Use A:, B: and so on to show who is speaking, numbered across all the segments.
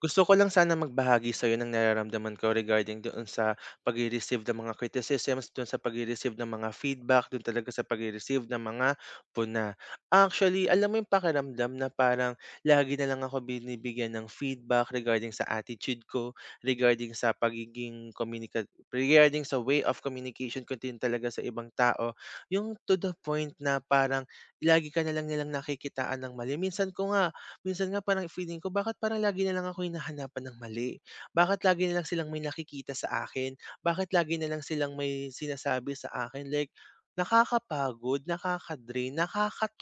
A: Gusto ko lang sana magbahagi sa'yo ng nararamdaman ko regarding doon sa pagre-receive ng mga criticisms, doon sa pagre-receive ng mga feedback, doon talaga sa pagre-receive ng mga puna. Actually, alam mo yung pakiramdam na parang lagi na lang ako binibigyan ng feedback regarding sa attitude ko, regarding sa way of communication ko din talaga sa ibang tao. Yung to the point na parang lagi ka na lang nilang nakikitaan ng mali. Minsan nga parang feeling ko, bakit parang lagi na lang ako hinahanapan ng mali? Bakit lagi na lang silang may nakikita sa akin? Bakit lagi na lang silang may sinasabi sa akin? Like, nakakapagod, nakakatoxic,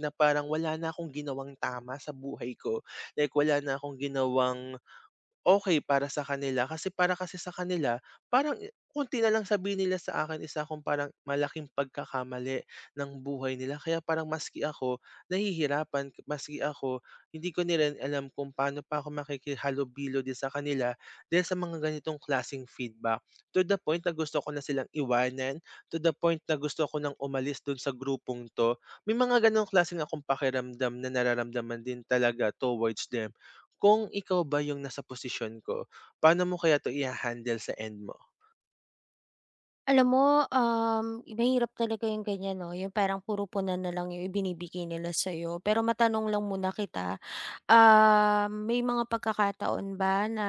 A: na parang wala na akong ginawang tama sa buhay ko. Like, wala na akong ginawang okay para sa kanila, kasi para kasi sa kanila parang konti na lang sabihin nila sa akin, isa akong parang malaking pagkakamali ng buhay nila, kaya parang maski ako nahihirapan, maski ako hindi ko na rin alam kung paano pa ako makikihalubilo din sa kanila dahil sa mga ganitong klaseng feedback. To the point na gusto ko na silang iwanan, to the point na gusto ko ng umalis dun sa grupong 'to. May mga ganong klase na akong pakiramdam na nararamdaman din talaga towards them. Kung ikaw ba yung nasa posisyon ko, paano mo kaya 'to i handle sa end mo?
B: Alam mo, mahirap talaga yung ganyan 'no, yung parang puro punan na lang yung ibinibigay nila sa'yo. Pero matanong lang muna kita, may mga pagkakataon ba na,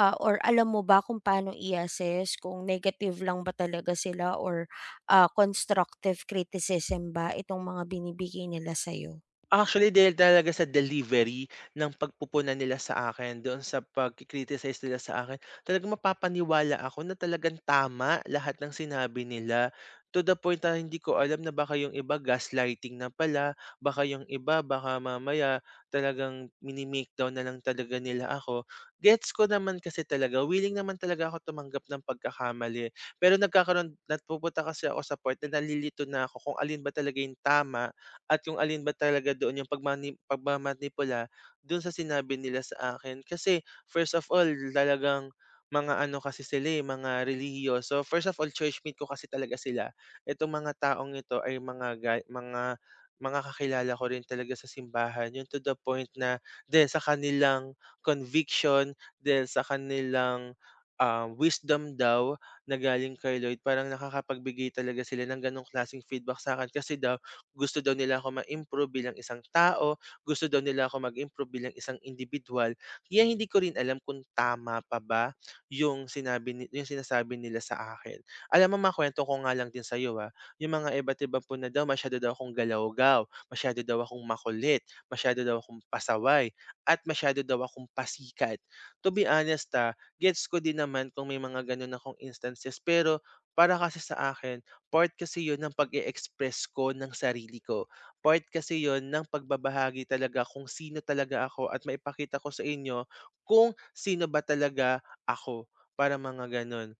B: or alam mo ba kung paano i-assess kung negative lang ba talaga sila or, constructive criticism ba itong mga binibigay nila sa'yo?
A: Actually, dahil talaga sa delivery ng pagpupunan nila sa akin, doon sa pagki-criticize nila sa akin, talagang mapapaniwala ako na talagang tama lahat ng sinabi nila. To the point na hindi ko alam na baka yung iba gaslighting na pala, baka yung iba baka mamaya talagang mini-makedown na lang talaga nila ako. Gets ko naman kasi talaga, willing naman talaga ako tumanggap ng pagkakamali. Pero nagkakaroon, napupunta kasi ako sa point na nalilito na ako kung alin ba talaga yung tama at yung alin ba talaga doon yung pagmamanipula dun sa sinabi nila sa akin. Kasi, first of all, talagang mga ano kasi sila, eh, mga relihiyoso. First of all, churchmate ko kasi talaga sila. Itong mga taong ito ay mga ga mga kakilala ko rin talaga sa simbahan, yun, to the point na dahil sa kanilang conviction, dahil sa kanilang, wisdom daw na galing kay Lord, parang nakakapagbigay talaga sila ng ganong klaseng feedback sa akin, kasi daw gusto daw nila ako ma-improve bilang isang tao, gusto daw nila ako mag-improve bilang isang individual. Kaya hindi ko rin alam kung tama pa ba yung sinabi ni yung sinasabi nila sa akin. Alam mo, makuwento ko nga lang din sa iyo, yung mga iba't iba po na daw, masyado daw akong galawgaw, masyado daw akong makulit, masyado daw akong pasaway, at masyado daw akong pasikat. To be honest, gets ko din naman kung may mga gano'n akong instances, pero para kasi sa akin, part kasi yon ng pag express ko ng sarili ko. Part kasi yon ng pagbabahagi talaga kung sino talaga ako, at maipakita ko sa inyo kung sino ba talaga ako, para mga gano'n.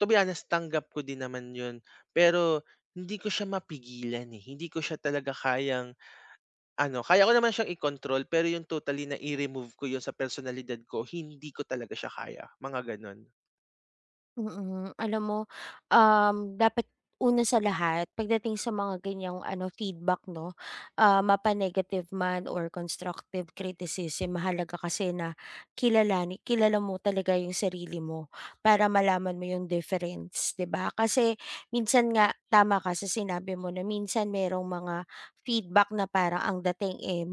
A: To be honest, tanggap ko din naman yun, pero hindi ko siya mapigilan, eh, hindi ko siya talaga kayang ano, kaya ko naman siyang i-control, pero yung totally na i-remove ko yun sa personalidad ko, hindi ko talaga siya kaya, mga gano'n.
B: Mm. Alam mo, dapat una sa lahat pagdating sa mga ganyang ano feedback 'no, mapa-negative man or constructive criticism mahalaga kasi na kilala mo talaga yung sarili mo para malaman mo yung difference, 'di ba? Kasi minsan nga tama ka sa sinabi mo na minsan merong mga feedback na parang ang dating, eh,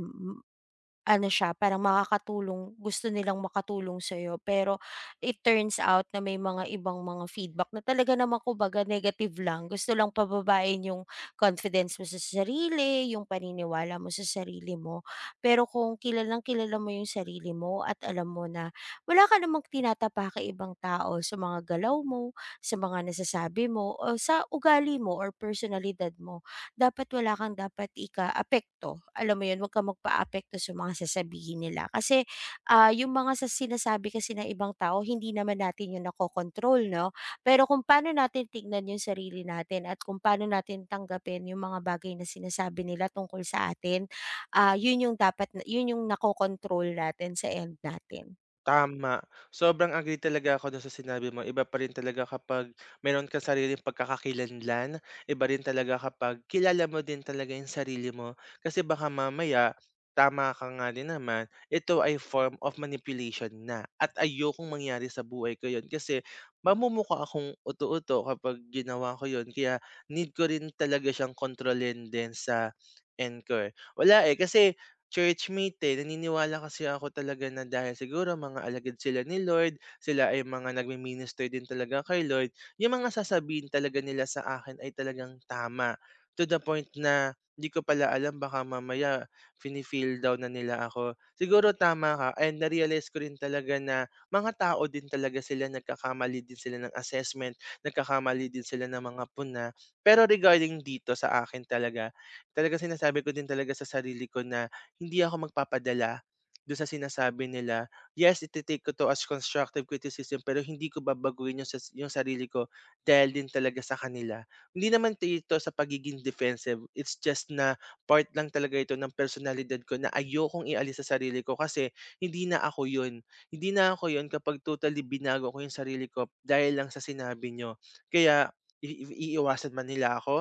B: ano siya parang makakatulong gusto nilang makatulong sa'yo pero it turns out na may mga ibang mga feedback na talaga naman kumbaga negative lang, gusto lang pababain yung confidence mo sa sarili, yung paniniwala mo sa sarili mo. Pero kung kilalang kilala mo yung sarili mo at alam mo na wala ka namang tinatapa kay ibang tao sa mga galaw mo, sa mga nasasabi mo o sa ugali mo or personalidad mo dapat wala kang dapat ikaapekto, alam mo 'yun, huwag kang magpaapekto sa mga sasabihin nila. Kasi, yung mga sa sinasabi kasi ng ibang tao hindi naman natin 'yun nakokontrol 'no. Pero kung paano natin tignan yung sarili natin at kung paano natin tanggapin yung mga bagay na sinasabi nila tungkol sa atin, 'yun yung nakokontrol natin sa end natin.
A: Tama, sobrang agree talaga ako dun sa sinabi mo. Iba pa rin talaga kapag meron kang sariling pagkakakilanlan, iba rin talaga kapag kilala mo din talaga yung sarili mo. Kasi baka mamaya, tama ka nga din naman, ito ay form of manipulation na, at ayokong mangyari sa buhay ko yun kasi mamumukha akong uto-uto kapag ginawa ko yun. Kaya need ko rin talaga siyang kontrolin din sa end, eh. Wala, eh, kasi churchmate, eh, naniniwala kasi ako talaga na dahil siguro mga alagad sila ni Lord, sila ay mga nagmi-minister din talaga kay Lord, yung mga sasabihin talaga nila sa akin ay talagang tama. To the point na hindi ko pala alam, baka mamaya fini-feel down na nila ako. Siguro tama ka, and na-realize ko rin talaga na mga tao din talaga sila, nagkakamali din sila ng assessment, nagkakamali din sila ng mga puna. Pero regarding dito sa akin talaga, talaga sinasabi ko din talaga sa sarili ko na hindi ako magpapadala do'n sa sinasabi nila. Yes, ite-take ko 'to as constructive criticism, pero hindi ko babaguhin 'yung sarili ko dahil din talaga sa kanila. Hindi naman ito sa pagiging defensive, it's just na part lang talaga ito ng personalidad ko na ayokong ialis sa sarili ko, kasi hindi na ako 'yun. Hindi na ako 'yun kapag totally binago ko 'yung sarili ko dahil lang sa sinabi niyo. Kaya iiwasan man nila ako,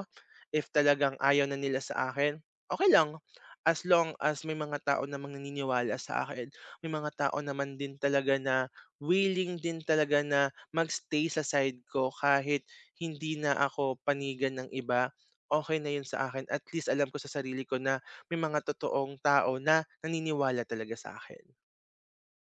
A: if talagang ayaw na nila sa akin, okay lang. As long as may mga tao na naniniwala sa akin, may mga tao naman din talaga na willing din talaga na magstay sa side ko kahit hindi na ako panigan ng iba, okay na yun sa akin. At least alam ko sa sarili ko na may mga totoong tao na naniniwala talaga sa akin.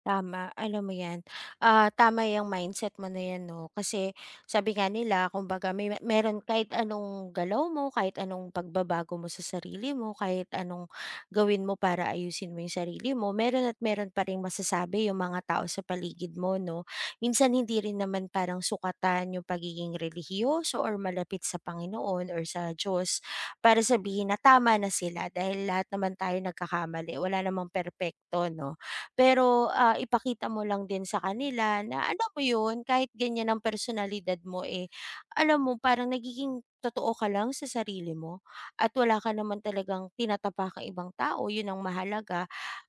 B: Tama, alam mo 'yan. Ah, tama yung mindset mo na 'yan 'no, kasi sabi nga nila kumbaga meron kahit anong galaw mo, kahit anong pagbabago mo sa sarili mo, kahit anong gawin mo para ayusin mo 'yung sarili mo, meron at meron pa ring masasabi 'yung mga tao sa paligid mo 'no. Minsan hindi rin naman parang sukatan 'yung pagiging relihiyoso or malapit sa Panginoon or sa Diyos para sabihin na tama na sila dahil lahat naman tayo nagkakamali, wala namang perpekto 'no. Pero, ipakita mo lang din sa kanila na alam mo yun, kahit ganyan ang personalidad mo, eh, alam mo parang nagiging totoo ka lang sa sarili mo at wala ka naman talagang tinatapakang ibang tao, yun ang mahalaga.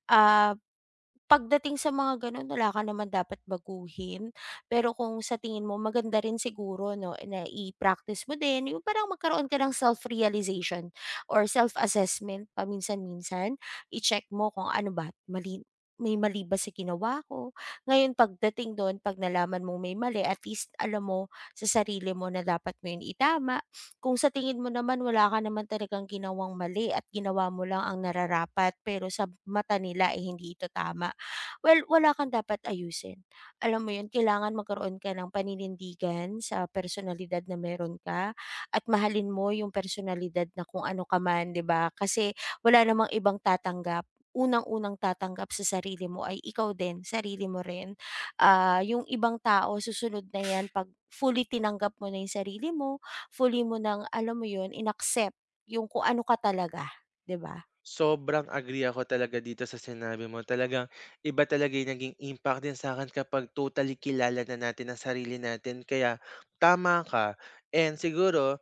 B: Ah Pagdating sa mga gano'n wala ka naman dapat baguhin, pero kung sa tingin mo maganda rin siguro 'no, na i-practice mo din yung parang magkaroon ka ng self-realization or self-assessment paminsan-minsan. I-check mo kung ano ba mali may mali ba sa ginawa ko. Ngayon pagdating dun 'pag nalaman mong may mali at least alam mo sa sarili mo na dapat mo yun itama. Kung sa tingin mo naman wala ka naman talagang ginawang mali at ginawa mo lang ang nararapat pero sa mata nila, eh, hindi ito tama. Well, wala kang dapat ayusin. Alam mo 'yun, kailangan magkaroon ka ng paninindigan sa personalidad na meron ka at mahalin mo yung personalidad na kung ano ka man, 'di ba? Kasi wala namang ibang tatanggap. Unang-unang tatanggap sa sarili mo ay ikaw din, sarili mo rin. Ah, yung ibang tao susunod na 'yan 'pag fully tinanggap mo na yung sarili mo, fully mo nang alam mo 'yun, inaccept yung kung ano ka talaga, 'di ba?
A: Sobrang agree ako talaga dito sa sinabi mo. Talagang iba talaga yung naging impact din sa akin kapag totally kilala na natin ang sarili natin, kaya tama ka. And siguro,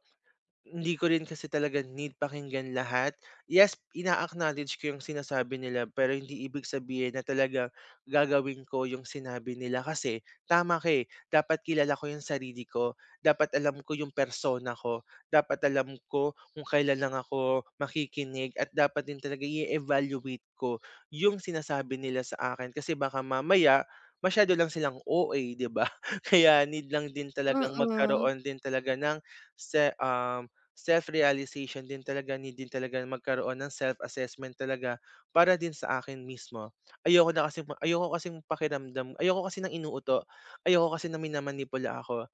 A: hindi ko rin kasi talaga need pakinggan lahat. Yes, ina-acknowledge ko yung sinasabi nila, pero hindi ibig sabihin na talagang gagawin ko yung sinabi nila, kasi tama ka, eh, dapat kilala ko yung sarili ko, dapat alam ko yung persona ko, dapat alam ko kung kailan lang ako makikinig, at dapat din talaga i-evaluate ko yung sinasabi nila sa akin, kasi baka mamaya masyado lang silang o a, 'di ba? Kaya need lang din talagang
B: Mm.
A: magkaroon din talaga ng se um, self-realization din talaga, need din talaga na magkaroon ng self-assessment talaga para din sa akin mismo. Ayoko na kasi, ayoko kasing pakiramdam, ayoko kasi ng inuuto, ayoko kasi na minamanipula ako.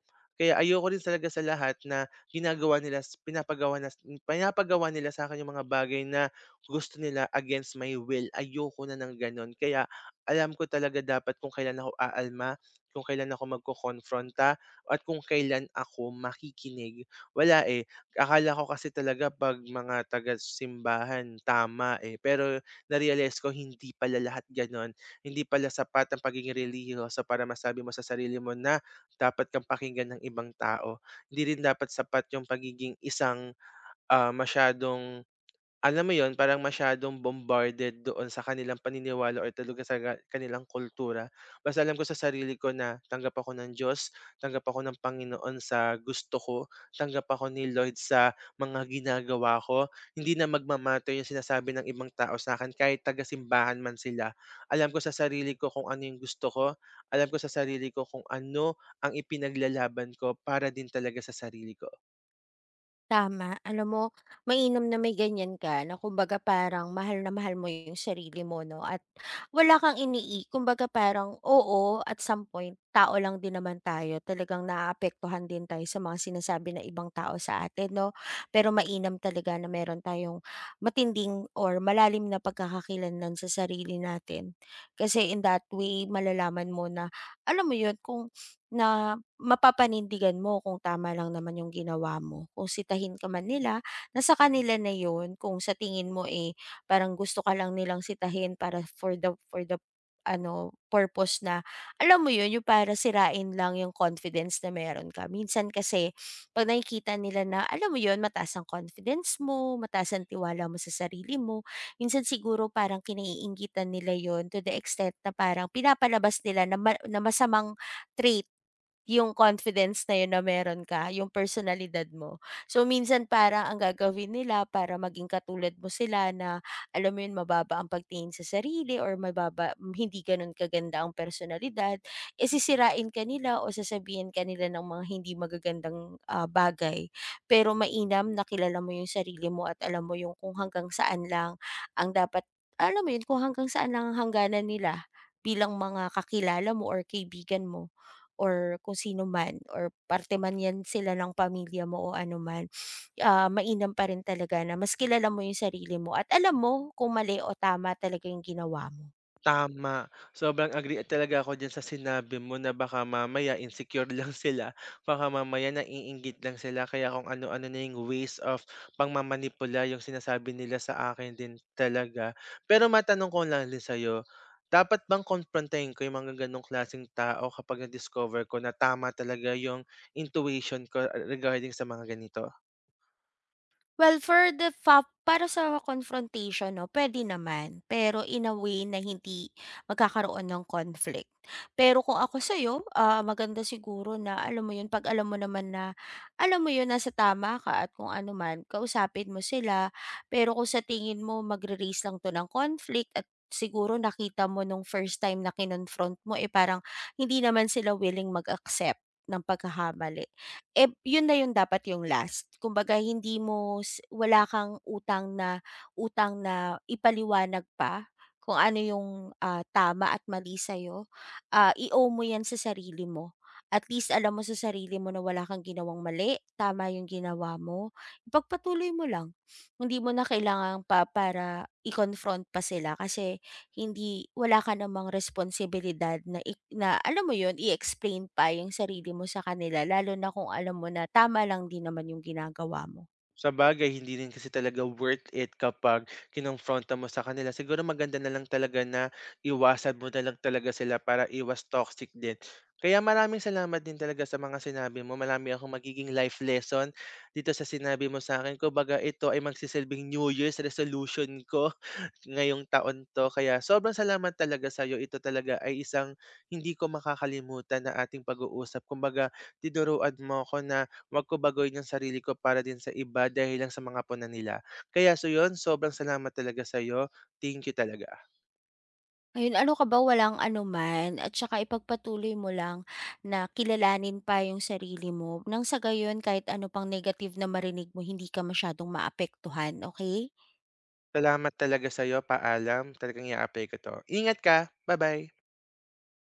A: Kaya ayoko rin talaga sa lahat na ginagawa nila, s pinapagawa nas pinapagawa nila sa'kin yung mga bagay na gusto nila against my will. Ayoko na ng gano'n. Kaya alam ko talaga, dapat kung kailan ako aalma, kung kailan ako magkokonfronta, at kung kailan ako makikinig. Wala, eh, akala ko kasi talaga 'pag mga taga-simbahan tama, eh, pero na ko hindi pala lahat gano'n. Hindi pala sapat ang pagiging relihiyoso para masabi mo sa sarili mo na dapat kang pakinggan ng ibang tao. Hindi rin dapat sapat yung pagiging isang, masyadong, alam mo yon, parang masyadong bombarded doon sa kanilang paniniwala or talaga sa kanilang kultura. Basta alam ko sa sarili ko na tanggap ako ng Diyos, tanggap ako ng Panginoon sa gusto ko, tanggap ako ni Lord sa mga ginagawa ko. Hindi na 'yung sinasabi ng ibang tao sa'kin kahit tagasimbahan man sila. Alam ko sa sarili ko kung ano 'yung gusto ko, alam ko sa sarili ko kung ano ang ipinaglalaban ko para din talaga sa sarili ko.
B: Tama. Alam mo, mainam na may ganyan ka na kumbaga parang mahal na mahal mo yung sarili mo, 'no? At wala kang inii kumbaga parang oo, at some point, tao lang din naman tayo. Talagang naaapektuhan din tayo sa mga sinasabi ng ibang tao sa atin, 'no? Pero mainam talaga na meron tayong matinding or malalim na pagkakakilanlan sa sarili natin. Kasi in that way, malalaman mo na alam mo yun, kung na mapapanindigan mo kung tama lang naman yung ginawa mo. Kung sitahin ka man nila, nasa kanila na yun. Kung sa tingin mo, eh, parang gusto ka lang nilang sitahin para for the ano, purpose na, alam mo yun, yung para sirain lang yung confidence na meron ka. Minsan kasi, pag nakikita nila na, alam mo yun, mataas ang confidence mo, mataas ang tiwala mo sa sarili mo, minsan siguro parang kinaiingitan nila yun to the extent na parang pinapalabas nila na, na masamang trait yung confidence na yun na meron ka, yung personalidad mo. So, minsan parang ang gagawin nila para maging katulad mo sila na, alam mo yun, mababa ang pagtingin sa sarili or mababa hindi gano'n kaganda ang personalidad, eh, sisirain ka nila o sasabihan ka nila ng mga hindi magagandang, bagay. Pero mainam na kilala mo yung sarili mo at alam mo yung kung hanggang saan lang ang dapat alam mo yun, kung hanggang saan lang ang hangganan nila bilang mga kakilala mo or kaibigan mo or kung sino man or parte man 'yan sila ng pamilya mo o ano man, mainam pa rin talaga na mas kilala mo yung sarili mo at alam mo kung mali o tama talaga yung ginawa mo.
A: Tama, sobrang agree talaga ako diyan sa sinabi mo na baka mamaya insecure lang sila, baka mamaya naiinggit lang sila, kaya kung ano-ano na yung ways of pangmamanipula yung sinasabi nila sa akin din talaga. Pero matanong ko lang din sa'yo, dapat bang kumprontahin ko yung mga ganong klaseng tao kapag na-discover ko na tama talaga yung intuition ko regarding sa mga ganito?
B: Well, for the fa para sa confrontation 'no, puwede naman. Pero in a way na hindi magkakaroon ng conflict. Pero kung ako sa'yo, maganda siguro na alam mo 'yun, 'pag alam mo naman na, alam mo 'yun, nasa tama ka at kung ano man, kausapin mo sila. Pero kung sa tingin mo magre-raise lang 'to ng conflict at siguro nakita mo nung first time na kinonfront mo, eh, parang hindi naman sila willing mag-accept ng pagkakamali. Eh, yun na yun dapat yung last. Kumbaga hindi mo s wala kang utang na ipaliwanag pa kung ano yung, tama at mali sa'yo. Ah, i-owe mo yan sa sarili mo. At least alam mo sa sarili mo na wala kang ginawang mali, tama yung ginawa mo. Ipagpatuloy mo lang. Hindi mo na kailangan pa para i-confront pa sila kasi wala ka namang responsibilidad na ik na alam mo yun, i-explain pa yung sarili mo sa kanila lalo na kung alam mo na tama lang din naman yung ginagawa mo.
A: Sabagay hindi rin kasi talaga worth it kapag kinumpronta mo sa kanila. Siguro maganda na lang talaga na iwasan mo na lang talaga sila para iwas toxic din. Kaya maraming salamat din talaga sa mga sinabi mo. Marami akong magiging life lesson dito sa sinabi mo sa akin. Kumbaga ito ay magsisilbing New Year's resolution ko ngayong taon to. Kaya sobrang salamat talaga sa'yo. Ito talaga ay isang hindi ko makakalimutan na ating pag-uusap. Kumbaga tinuruan mo ako na wag ko baguhin yung sarili ko para din sa iba dahil lang sa mga punan nila. Kaya so yun, sobrang salamat talaga sa'yo. Thank you talaga.
B: Ayun, ano ka ba, walang anuman at saka ipagpatuloy mo lang na kilalanin pa yung sarili mo nang sa gayon kahit ano pang negative na marinig mo hindi ka masyadong maapektuhan, okay
A: Salamat talaga sa'yo, paalam. Talagang i-a-apply ko 'to. Ingat ka, bye bye.